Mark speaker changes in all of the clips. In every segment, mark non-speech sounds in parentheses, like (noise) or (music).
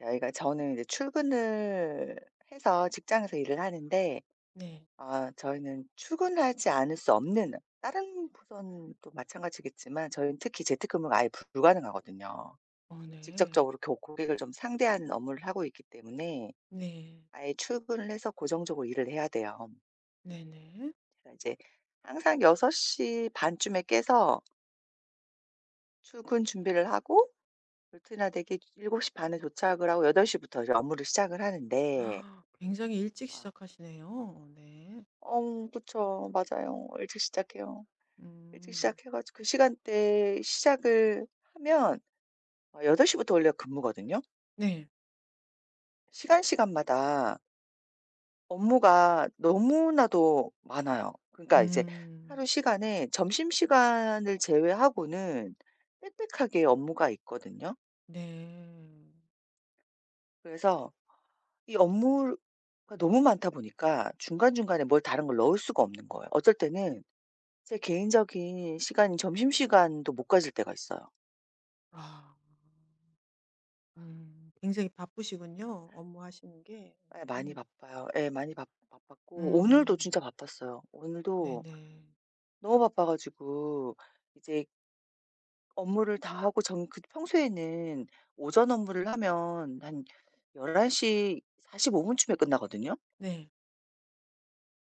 Speaker 1: 저희가 저는 이제 출근을 해서 직장에서 일을 하는데,
Speaker 2: 네.
Speaker 1: 아 저희는 출근하지 않을 수 없는, 다른 부서도 마찬가지겠지만 저희는 특히 재택근무가 아예 불가능하거든요.
Speaker 2: 어 네.
Speaker 1: 직접적으로 고 고객을 좀 상대하는 업무를 하고 있기 때문에
Speaker 2: 네.
Speaker 1: 아예 출근을 해서 고정적으로 일을 해야 돼요.
Speaker 2: 네네.
Speaker 1: 그래서 이제 항상 6시 반 쯤에 깨서 출근 준비를 하고, 루틴화되게 7시 반에 도착을 하고 8시 부터 이제 업무를 시작을 하는데,
Speaker 2: 아, 굉장히 일찍
Speaker 1: 아,
Speaker 2: 시작하시네요. 네.
Speaker 1: 어 그쵸. 맞아요. 일찍 시작해요. 일찍
Speaker 2: 음.
Speaker 1: 시작해 가지고 그 시간대에 시작을 하면, 어8시 부터 원래 근무거든요.
Speaker 2: 네.
Speaker 1: 시간마다 업무가 너무나도 많아요. 그러니까 이제
Speaker 2: 음.
Speaker 1: 하루 시간에 점심시간을 제외하고는 빽빽하게 업무가 있거든요.
Speaker 2: 네.
Speaker 1: 그래서 이 업무가 너무 많다 보니까 중간중간에 뭘 다른 걸 넣을 수가 없는 거예요. 어쩔 때는 제 개인적인 시간인 점심시간도 못 가질 때가 있어요.
Speaker 2: 아. 음. 굉장히 바쁘시군요. 업무하시는 게.
Speaker 1: 예, 많이
Speaker 2: 음.
Speaker 1: 바빠요. 예 많이 바 바빴고, 오늘도
Speaker 2: 음.
Speaker 1: 진짜 바빴어요. 오늘도
Speaker 2: 네네.
Speaker 1: 너무 바빠 가지고 이제 업무를 다 하고, 전 그 평소에는 오전 업무를 하면 한1사4 5 분쯤에 끝나거든요.
Speaker 2: 네.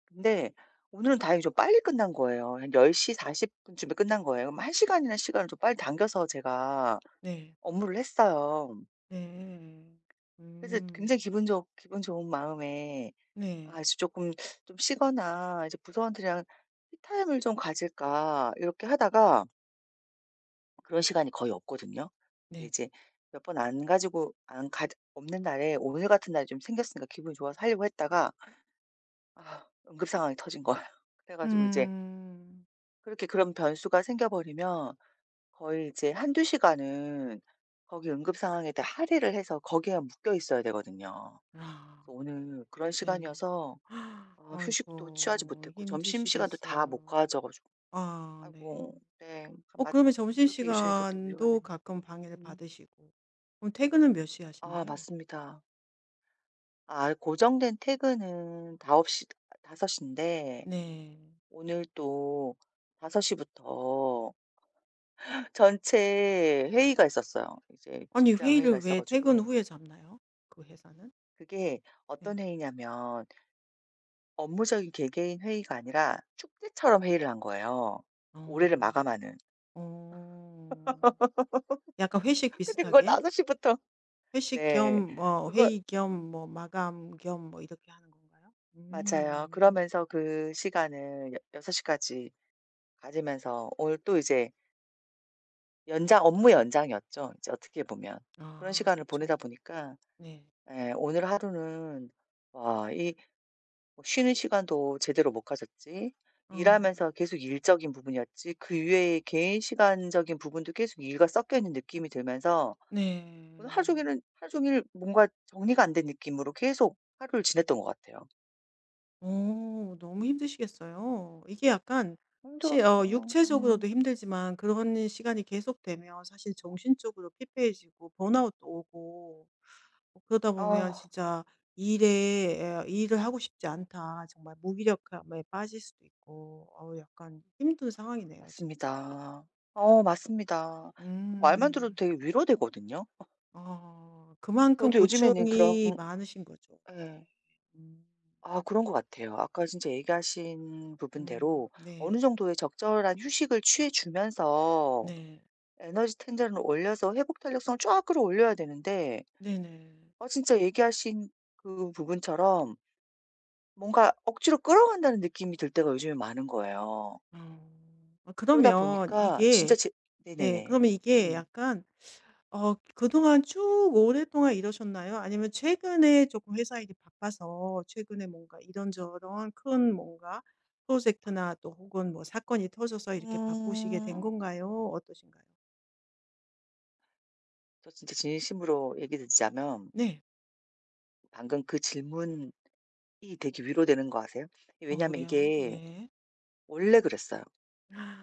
Speaker 1: 근데 오늘은 다행히 좀 빨리 끝난 거예요. 한 10:40 분쯤에 끝난 거예요. 그럼 1 시간이나 시간을 좀 빨리 당겨서 제가
Speaker 2: 네.
Speaker 1: 업무를 했어요.
Speaker 2: 네.
Speaker 1: 그래서
Speaker 2: 음.
Speaker 1: 굉장히 기분 좋은 마음에, 아
Speaker 2: 네.
Speaker 1: 이제 조금 좀 쉬거나 이제 부서원들이랑 티타임을 좀 가질까 이렇게 하다가, 그런 시간이 거의 없거든요. 근데
Speaker 2: 네.
Speaker 1: 이제 몇 번 안 가지고 안 가 없는 날에 오늘 같은 날이 좀 생겼으니까 기분이 좋아서 하려고 했다가, 아 응급 상황이 터진 거예요. (laughs) 그래 가지고 이제
Speaker 2: 음.
Speaker 1: 그렇게, 그런 변수가 생겨 버리면 거의 이제 한두 시간은 거기 응급 상황에다 할애를 해서 거기에 묶여 있어야 되거든요.
Speaker 2: 아.
Speaker 1: 그래서 오늘 그런
Speaker 2: 네네.
Speaker 1: 시간이어서, 어, 휴식도 취하지
Speaker 2: 아이고
Speaker 1: 못했고 점심시간도 다 못
Speaker 2: 힘드시겠어요.
Speaker 1: 가져 가지고.
Speaker 2: 아 네.
Speaker 1: 아이고 네. 그
Speaker 2: 어
Speaker 1: 맞
Speaker 2: 그러면
Speaker 1: 맞습니다. 그렇게 얘기해 주시니까 또 위로가
Speaker 2: 점심시간도
Speaker 1: 되네요.
Speaker 2: 가끔 방해를
Speaker 1: 음.
Speaker 2: 받으시고 그럼 퇴근은 몇 시에
Speaker 1: 아
Speaker 2: 하시나요?
Speaker 1: 맞습니다. 아 고정된 퇴근은 다섯 시5시 인데,
Speaker 2: 네.
Speaker 1: 오늘 또5시 부터 (laughs) 전체 회의가 있었어요. 이제
Speaker 2: 아니
Speaker 1: 직장 회의가
Speaker 2: 회의를
Speaker 1: 있어
Speaker 2: 왜 퇴근
Speaker 1: 가지고.
Speaker 2: 후에 잡나요? 그 회사는?
Speaker 1: 그게 어떤
Speaker 2: 네.
Speaker 1: 회의냐면, 업무적인 개개인 회의가 아니라 축제처럼 회의를 한 거예요, 올해를
Speaker 2: 어.
Speaker 1: 마감하는.
Speaker 2: 어. 약간 회식
Speaker 1: 근데 그걸
Speaker 2: 비슷하게?
Speaker 1: 5시 부터.
Speaker 2: 회식
Speaker 1: 네.
Speaker 2: 겸 뭐
Speaker 1: 그거
Speaker 2: 회의 겸 뭐 마감 겸 뭐 이렇게 하는 건가요?
Speaker 1: 맞아요.
Speaker 2: 음. 음.
Speaker 1: 그러면서 그 시간을 여 6 시까지 가지면서 오늘 또 이제 연장, 업무 연장이었죠, 이제 어떻게 보면. 그런
Speaker 2: 아
Speaker 1: 시간을 보내다
Speaker 2: 그쵸.
Speaker 1: 보니까
Speaker 2: 네.
Speaker 1: 예, 오늘 하루는 '와 이뭐 쉬는 시간도 제대로 못 가졌지.
Speaker 2: 어.
Speaker 1: 일하면서 계속 일적인 부분이었지. 그 이외의 개인 시간적인 부분도 계속 일과 섞여 있는 느낌이 들면서 오늘 하루
Speaker 2: 네.
Speaker 1: 종일은, 하루 종일 뭔가 정리가 안 된 느낌으로 계속 하루를 지냈던 것 같아요.'
Speaker 2: 어 너무 힘드시겠어요. 이게 약간 시 어
Speaker 1: 힘들었어요. 음.
Speaker 2: 육체적으로도 힘들지만 그런 시간이 계속되면 사실 정신적으로 피폐해지고 번아웃도 오고 어 그러다 보면
Speaker 1: 아
Speaker 2: 진짜 일에 '일을 하고 싶지 않다.' 정말 무기력함에 빠질 수도 있고 어우 약간 힘든 상황이네요 진짜.
Speaker 1: 맞습니다. 어 맞습니다. 그 말만 들어도
Speaker 2: 음.
Speaker 1: 되게 위로되거든요.
Speaker 2: 어 그만큼
Speaker 1: 저도 요즘에는 그런,
Speaker 2: 고충이 많으신 거죠.
Speaker 1: 예.
Speaker 2: 네. 음.
Speaker 1: 아 그런 것 같아요. 아까 진짜 얘기하신
Speaker 2: 음.
Speaker 1: 부분대로
Speaker 2: 네.
Speaker 1: 어느 정도의 적절한 휴식을 취해 주면서
Speaker 2: 네.
Speaker 1: 에너지 텐션을 올려서 회복 탄력성을 쫙 끌어올려야 되는데,
Speaker 2: 네네.
Speaker 1: 아 진짜 얘기하신 그 부분처럼 뭔가 억지로 끌어간다는 느낌이 들 때가 요즘에 많은 거예요.
Speaker 2: 어. 아
Speaker 1: 그러다
Speaker 2: 그러면
Speaker 1: 보니까 진짜
Speaker 2: 이게
Speaker 1: 제,
Speaker 2: 네
Speaker 1: 네네네.
Speaker 2: 그러면 이게
Speaker 1: 음.
Speaker 2: 약간 어 그동안 쭉 오랫동안 이러셨나요? 아니면 최근에 조금 회사 일이 바빠서 최근에 뭔가 이런저런 큰 뭔가 프로젝트나 또 혹은 뭐 사건이 터져서 이렇게 바쁘시게 된
Speaker 1: 음.
Speaker 2: 건가요? 어떠신가요?
Speaker 1: 저 진짜 진심으로 얘기 드리자면,
Speaker 2: 네.
Speaker 1: 방금 그 질문이 되게 위로되는 거 아세요?
Speaker 2: 어
Speaker 1: 왜냐하면
Speaker 2: 왜요?
Speaker 1: 이게
Speaker 2: 네.
Speaker 1: 원래 그랬어요.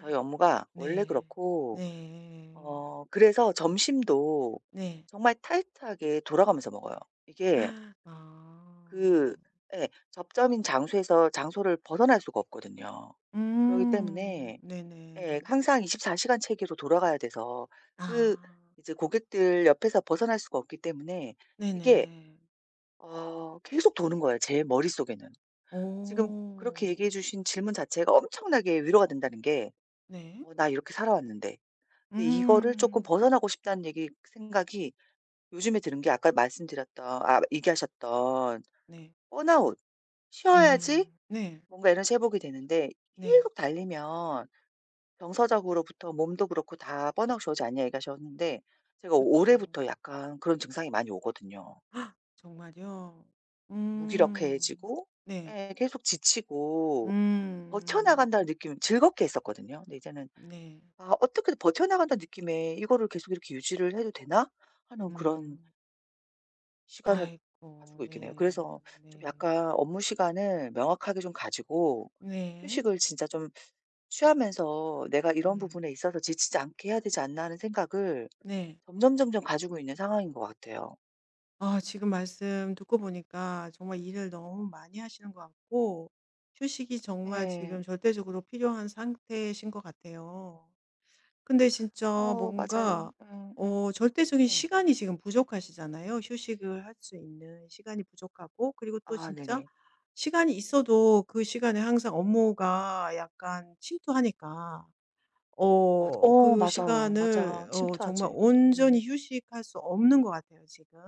Speaker 1: 저희 업무가 원래
Speaker 2: 네.
Speaker 1: 그렇고,
Speaker 2: 네.
Speaker 1: 어 그래서 점심도
Speaker 2: 네.
Speaker 1: 정말 타이트하게 돌아가면서 먹어요. 이게
Speaker 2: 아.
Speaker 1: 그, 예, 접점인 장소에서 장소를 벗어날 수가 없거든요. 그러기
Speaker 2: 음.
Speaker 1: 때문에
Speaker 2: 네네.
Speaker 1: 예, 항상 24 시간 체계로 돌아가야 돼서 그,
Speaker 2: 아.
Speaker 1: 이제 고객들 옆에서 벗어날 수가 없기 때문에 이게
Speaker 2: 네네.
Speaker 1: 어 계속 도는 거예요, 제 머릿속에는. 지금 그렇게
Speaker 2: 오오.
Speaker 1: 얘기해 주신 질문 자체가 엄청나게 위로가 된다는 게,
Speaker 2: 네.
Speaker 1: '어 나 이렇게 살아왔는데.' 근데 이거를 조금
Speaker 2: 음.
Speaker 1: 벗어나고 싶다는 얘기, 생각이 요즘에 드는 게 아까 말씀드렸던, 아 얘기하셨던
Speaker 2: 네.
Speaker 1: 번아웃. 쉬어야지
Speaker 2: 음. 네.
Speaker 1: 뭔가 에너지 회복이 되는데
Speaker 2: 네.
Speaker 1: 계속 달리면 정서적으로부터 몸도 그렇고 다 번아웃이 오지 않냐 얘기하셨는데, 제가
Speaker 2: 그
Speaker 1: 올해부터 약간 그런 증상이 많이 오거든요.
Speaker 2: 아 정말요? 음.
Speaker 1: 무기력해지고,
Speaker 2: 네.
Speaker 1: 예 계속 지치고,
Speaker 2: 음.
Speaker 1: 버텨나간다는 느낌 즐겁게 했었거든요. 근데 이제는
Speaker 2: 네.
Speaker 1: '아 어떻게든 버텨나간다는 느낌에 이거를 계속 이렇게 유지를 해도 되나?' 하는 그런
Speaker 2: 음.
Speaker 1: 시간을
Speaker 2: 아이고.
Speaker 1: 가지고 있긴 해요.
Speaker 2: 네.
Speaker 1: 그래서 좀
Speaker 2: 네.
Speaker 1: 약간 업무 시간을 명확하게 좀 가지고
Speaker 2: 네.
Speaker 1: 휴식을 진짜 좀 취하면서 '내가 이런
Speaker 2: 음.
Speaker 1: 부분에 있어서 지치지 않게 해야 되지 않나.' 하는 생각을
Speaker 2: 네.
Speaker 1: 점점점점 가지고 있는 상황인 것 같아요.
Speaker 2: 아 지금 말씀 듣고 보니까 정말 일을 너무 많이 하시는 것 같고 휴식이 정말 지금
Speaker 1: 예.
Speaker 2: 절대적으로 필요한 상태이신 것 같아요. 근데 진짜
Speaker 1: 어 맞아요.
Speaker 2: 뭔가
Speaker 1: 예예
Speaker 2: 어 절대적인
Speaker 1: 예. 예.
Speaker 2: 시간이 지금 부족하시잖아요. 휴식을 할 수 있는 시간이 부족하고 그리고 또
Speaker 1: 아
Speaker 2: 진짜
Speaker 1: 네네.
Speaker 2: 시간이 있어도 그 시간에 항상 업무가 약간 침투하니까
Speaker 1: 맞
Speaker 2: 어
Speaker 1: 어
Speaker 2: 그
Speaker 1: 맞아요. 맞아.
Speaker 2: 시간을 어 정말
Speaker 1: 침투하지. 음.
Speaker 2: 온전히 휴식할 수 없는 것 같아요, 지금.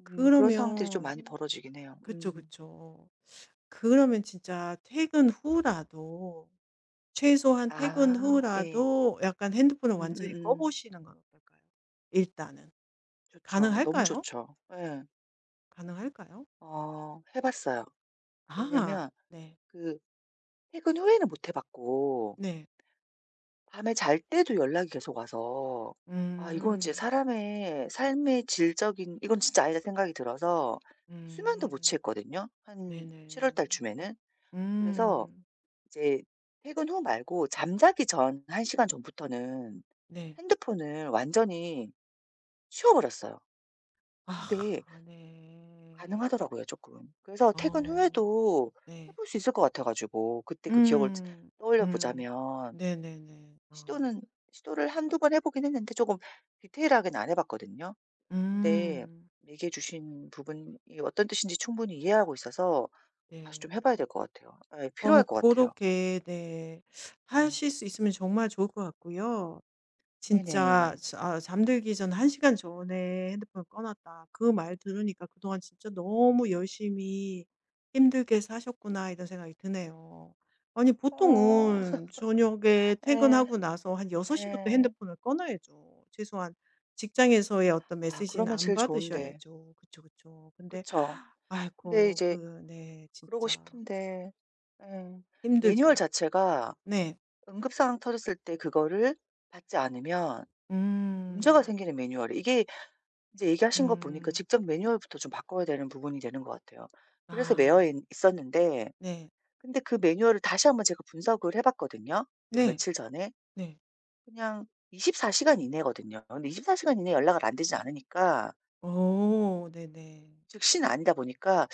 Speaker 1: 음, 그런 상황들이 좀
Speaker 2: 그러면
Speaker 1: 많이 벌어지긴 해요.
Speaker 2: 그쵸,
Speaker 1: 음.
Speaker 2: 그쵸. 그러면 진짜 퇴근 후라도 최소한 퇴근
Speaker 1: 아 예.
Speaker 2: 후라도 약간 핸드폰을 완전히 꺼
Speaker 1: 음음음.
Speaker 2: 보시는 건 어떨까요? 일단은.
Speaker 1: 좋죠. 너무
Speaker 2: 가능할까요?
Speaker 1: 좋죠. 예.
Speaker 2: 가능할까요?
Speaker 1: 어 해 봤어요.
Speaker 2: 아
Speaker 1: 왜냐면
Speaker 2: 네.
Speaker 1: 그, 퇴근 후에는 못해 봤고,
Speaker 2: 네.
Speaker 1: 밤에 잘 때도 연락이 계속 와서 아 이건 이제
Speaker 2: 음.
Speaker 1: 사람의 삶의 질적인, 이건 진짜 아니다 생각이 들어서 수면도 못
Speaker 2: 음.
Speaker 1: 취했거든요, 한 7월
Speaker 2: 네네.
Speaker 1: 달쯤에는. 그래서
Speaker 2: 음.
Speaker 1: 이제 퇴근 후 말고 잠자기 전 1 시간 전부터는
Speaker 2: 네.
Speaker 1: 핸드폰을 완전히 쉬어버렸어요. 근데
Speaker 2: 아 네.
Speaker 1: 가능하더라고요 조금. 그래서 퇴근
Speaker 2: 어
Speaker 1: 후에도 해
Speaker 2: 네.
Speaker 1: 볼 수 있을 것 같아 가지고 그때 그 기억을
Speaker 2: 음.
Speaker 1: 떠올려
Speaker 2: 음.
Speaker 1: 보자면,
Speaker 2: 네네네. 아.
Speaker 1: 시도는, 시도를 한두 번 해 보긴 했는데 조금 디테일하게는 안 해 봤거든요. 근데
Speaker 2: 음.
Speaker 1: 얘기해 주신 부분이 어떤 뜻인지 충분히 이해하고 있어서 다시 좀
Speaker 2: 네.
Speaker 1: 해 봐야 될 것 같아요. 아, 예 필요할
Speaker 2: 어
Speaker 1: 것
Speaker 2: 그렇
Speaker 1: 같아요.
Speaker 2: 게 네
Speaker 1: 예.
Speaker 2: 하실 수 있으면 정말 좋을 것 같고요. 진짜
Speaker 1: 네네.
Speaker 2: 자 아 잠들기 전 1 시간 전에 핸드폰을 꺼 놨다. 그 말 들으니까 '그동안 진짜 너무 열심히 힘들게 사셨구나.' 이런 생각이 드네요. 아니
Speaker 1: 어.
Speaker 2: 보통은 저녁에
Speaker 1: 에...
Speaker 2: 퇴근하고 나서 한 6 시부터
Speaker 1: 에...
Speaker 2: 핸드폰을 꺼 놔야죠. 최소한 직장에서의 어떤
Speaker 1: 아
Speaker 2: 메시지는
Speaker 1: 그러면
Speaker 2: 안
Speaker 1: 제일 좋은데.
Speaker 2: 받으셔야죠. 그쵸, 그쵸. 근데
Speaker 1: 그쵸. 근데
Speaker 2: 아이고
Speaker 1: 이제
Speaker 2: 그네
Speaker 1: 그러고
Speaker 2: 진짜
Speaker 1: 싶은데, 음, 매뉴얼
Speaker 2: 힘들죠.
Speaker 1: 자체가
Speaker 2: 네.
Speaker 1: 응급 상황 터졌을 때 그거를 받지 않으면 문제가
Speaker 2: 음.
Speaker 1: 생기는 매뉴얼이, 이게 이제 얘기하신 거 보니까
Speaker 2: 음.
Speaker 1: 직접 매뉴얼부터 좀 바꿔야 되는 부분이 되는 것 같아요. 그래서 매여
Speaker 2: 아.
Speaker 1: 있 있었는데,
Speaker 2: 네.
Speaker 1: 근데 그 매뉴얼을 다시 한번 제가 분석을 해 봤거든요, 요
Speaker 2: 네.
Speaker 1: 며칠 전에.
Speaker 2: 네.
Speaker 1: 그냥 24 시간 이내거든요. 근데 24 시간 이내 연락을 안 되지 않으니까,
Speaker 2: 어 네네.
Speaker 1: 즉시는 아니다 보니까,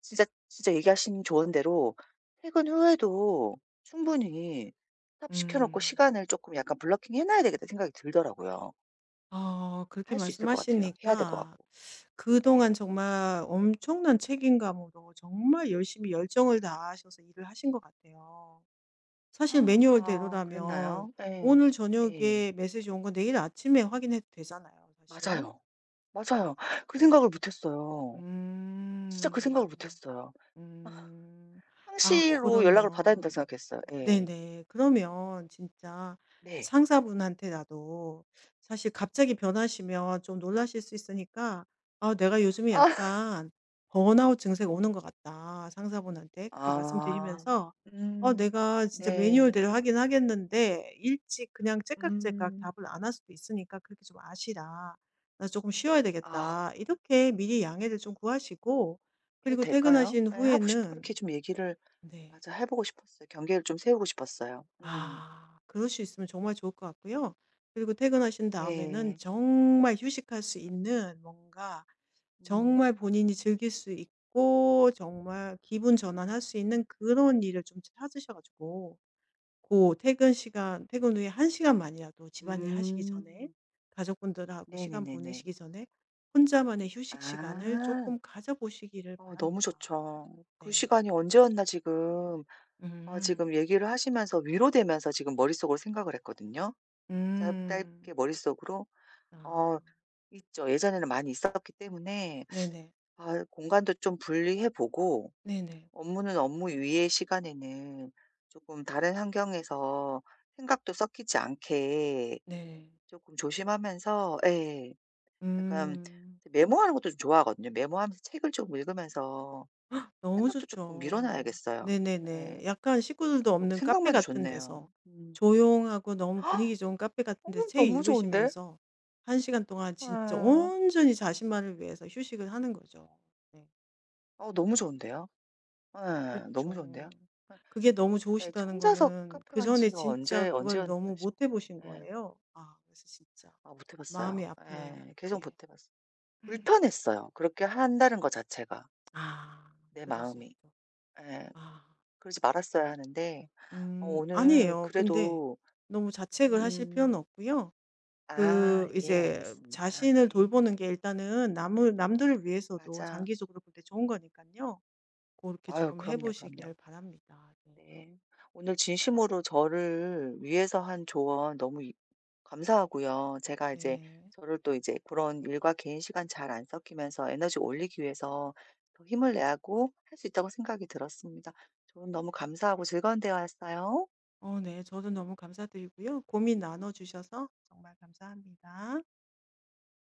Speaker 1: 진짜 진짜 얘기하신 조언 대로 퇴근 후에도 충분히 스톱 시켜 놓고
Speaker 2: 음.
Speaker 1: 시간을 쪼끔 약간 블러킹 해 놔야 되겠다 생각이 들더라고요.
Speaker 2: 아 그렇게
Speaker 1: 할 수 있을 것 같아요. 해야 될 것
Speaker 2: 말씀하시니까
Speaker 1: 같고. 예.
Speaker 2: 그동안 정말 엄청난 책임감으로 정말 열심히 열정을 다하셔서 일을 하신 것 같아요. 사실
Speaker 1: 아
Speaker 2: 매뉴얼대로라면
Speaker 1: 그랬나요? 예.
Speaker 2: 오늘
Speaker 1: 예.
Speaker 2: 저녁에 메시지 온 거 내일 아침에 확인해도 되잖아요, 사실.
Speaker 1: 맞아요. 맞아요. 그 생각을 못 했어요. 진짜 그 생각을 못
Speaker 2: 음.
Speaker 1: 했어요.
Speaker 2: 음. 아
Speaker 1: 상시로 연락을 받아야 된다고
Speaker 2: 그러면
Speaker 1: 생각했어요. 예.
Speaker 2: 네네. 그러면 진짜
Speaker 1: 네.
Speaker 2: 상사분한테라도 사실 갑자기 변하시면 좀 놀라실 수 있으니까 "아 내가 요즘에
Speaker 1: 아.
Speaker 2: 약간 번아웃 증세가 오는 것 같다." 상사분한테 그렇게
Speaker 1: 아.
Speaker 2: 말씀드리면서 "어
Speaker 1: 음.
Speaker 2: 내가 진짜
Speaker 1: 네.
Speaker 2: 매뉴얼대로 하긴 하겠는데 일찍 그냥 째깍째깍
Speaker 1: 음.
Speaker 2: 답을 안 할 수도 있으니까 그렇게 좀 아시라. 나 조금 쉬어야
Speaker 1: 아.
Speaker 2: 되겠다." 이렇게 미리 양해를 좀 구하시고
Speaker 1: 해도
Speaker 2: 그리고
Speaker 1: 될까요?
Speaker 2: 퇴근하신
Speaker 1: 예 하고 싶,
Speaker 2: 후에는
Speaker 1: 그렇게 좀 얘기를,
Speaker 2: 네.
Speaker 1: 맞아 해 보고 싶었어요. 경계를 좀 세우고 싶었어요. 음.
Speaker 2: 아. 그럴 수 있으면 정말 좋을 것 같고요. 그리고 퇴근하신 다음에는
Speaker 1: 네.
Speaker 2: 정말 휴식할 수 있는 뭔가
Speaker 1: 음.
Speaker 2: 정말 본인이 즐길 수 있고 정말 기분 전환할 수 있는 그런 일을 좀 찾으셔 가지고 고 퇴근 시간 퇴근 후에 한 시간만이라도 집안일 하시기 전에
Speaker 1: 음.
Speaker 2: 가족분들하고 시간
Speaker 1: 네네네네.
Speaker 2: 보내시기 전에 혼자만의 휴식 시간을
Speaker 1: 아.
Speaker 2: 조금 가져 보시기를
Speaker 1: 어 너무
Speaker 2: 바랍니다.
Speaker 1: 좋죠. 그
Speaker 2: 네.
Speaker 1: 시간이 언제였나 지금, 아 지금
Speaker 2: 음.
Speaker 1: 얘기를 하시면서 위로되면서 지금 머릿속으로 생각을 했거든요. 짧 짧게,
Speaker 2: 음.
Speaker 1: 머릿속으로.
Speaker 2: 아.
Speaker 1: 어 있죠. 예전에는 많이 있었기 때문에,
Speaker 2: 네네.
Speaker 1: 아 공간도 좀 분리해 보고,
Speaker 2: 네네.
Speaker 1: 업무는 업무 위의 시간에는 조금 다른 환경에서 생각도 섞이지 않게
Speaker 2: 네.
Speaker 1: 조금 조심하면서, 예 약간,
Speaker 2: 음.
Speaker 1: 메모하는 것도 좀 좋아하거든요. 메모하면서 책을 좀 읽으면서
Speaker 2: 너무
Speaker 1: 생각도 조금 밀어
Speaker 2: 좋죠.
Speaker 1: 놔야겠어요. 예.
Speaker 2: 네네네. 약간 식구들도
Speaker 1: 너무
Speaker 2: 없는
Speaker 1: 생각만
Speaker 2: 카페
Speaker 1: 해도
Speaker 2: 같은
Speaker 1: 좋네요.
Speaker 2: 데서
Speaker 1: 음.
Speaker 2: 조용하고 너무 분위기 좋은 카페 같은
Speaker 1: 어
Speaker 2: 데서 책
Speaker 1: 너무 좋은데?
Speaker 2: 읽으시면서 한 시간 동안 진짜
Speaker 1: 예.
Speaker 2: 온전히 자신만을 위해서 휴식을 하는 거죠. 네.
Speaker 1: 어 너무 좋은데요? 예. 너무 좋은데요?
Speaker 2: 그쵸. 그게 너무
Speaker 1: 예. 예, 저
Speaker 2: 좋으시다는
Speaker 1: 혼자서
Speaker 2: 거는
Speaker 1: 카페 간
Speaker 2: 그전에
Speaker 1: 지가
Speaker 2: 진짜
Speaker 1: 언제,
Speaker 2: 그걸
Speaker 1: 언제였나
Speaker 2: 너무 못 해
Speaker 1: 싶어요.
Speaker 2: 보신
Speaker 1: 예.
Speaker 2: 거예요. 아 그래서 진짜
Speaker 1: 아 못 해
Speaker 2: 마음이
Speaker 1: 봤어요.
Speaker 2: 아프네요.
Speaker 1: 예. 계속
Speaker 2: 네.
Speaker 1: 못해 봤어요. 불편했어요. 그렇게 한다는 것 자체가
Speaker 2: 아
Speaker 1: 내
Speaker 2: 그럴 수
Speaker 1: 마음이.
Speaker 2: 있죠.
Speaker 1: 예.
Speaker 2: 아.
Speaker 1: 그러지 말았어야 하는데. 어
Speaker 2: 음.
Speaker 1: 오늘
Speaker 2: 아니에요. 근데
Speaker 1: 그래도,
Speaker 2: 너무 자책을 하실 필요는
Speaker 1: 음,
Speaker 2: 없고요.
Speaker 1: 아
Speaker 2: 그
Speaker 1: 예
Speaker 2: 이제
Speaker 1: 알겠습니다.
Speaker 2: 자신을
Speaker 1: 예.
Speaker 2: 돌보는 게 일단은 남을 남들을 위해서도
Speaker 1: 맞아.
Speaker 2: 장기적으로 볼 때 좋은 거니까요 그렇게
Speaker 1: 아유
Speaker 2: 조금 해
Speaker 1: 그럼요, 그럼요.
Speaker 2: 보시기를 바랍니다. 네.
Speaker 1: 네. 오늘 진심으로 저를 위해서 한 조언 너무 이, 감사하고요. 제가 이제
Speaker 2: 네.
Speaker 1: 저를 또 이제 그런 일과 개인 시간 잘 안 섞이면서 에너지 올리기 위해서 더 힘을 내야고 할 수 있다고 생각이 들었습니다. 조언 너무 감사하고 즐거운 대화였어요.
Speaker 2: 어 네. 저도 너무 감사드리고요. 고민 나눠 주셔서 정말 감사합니다.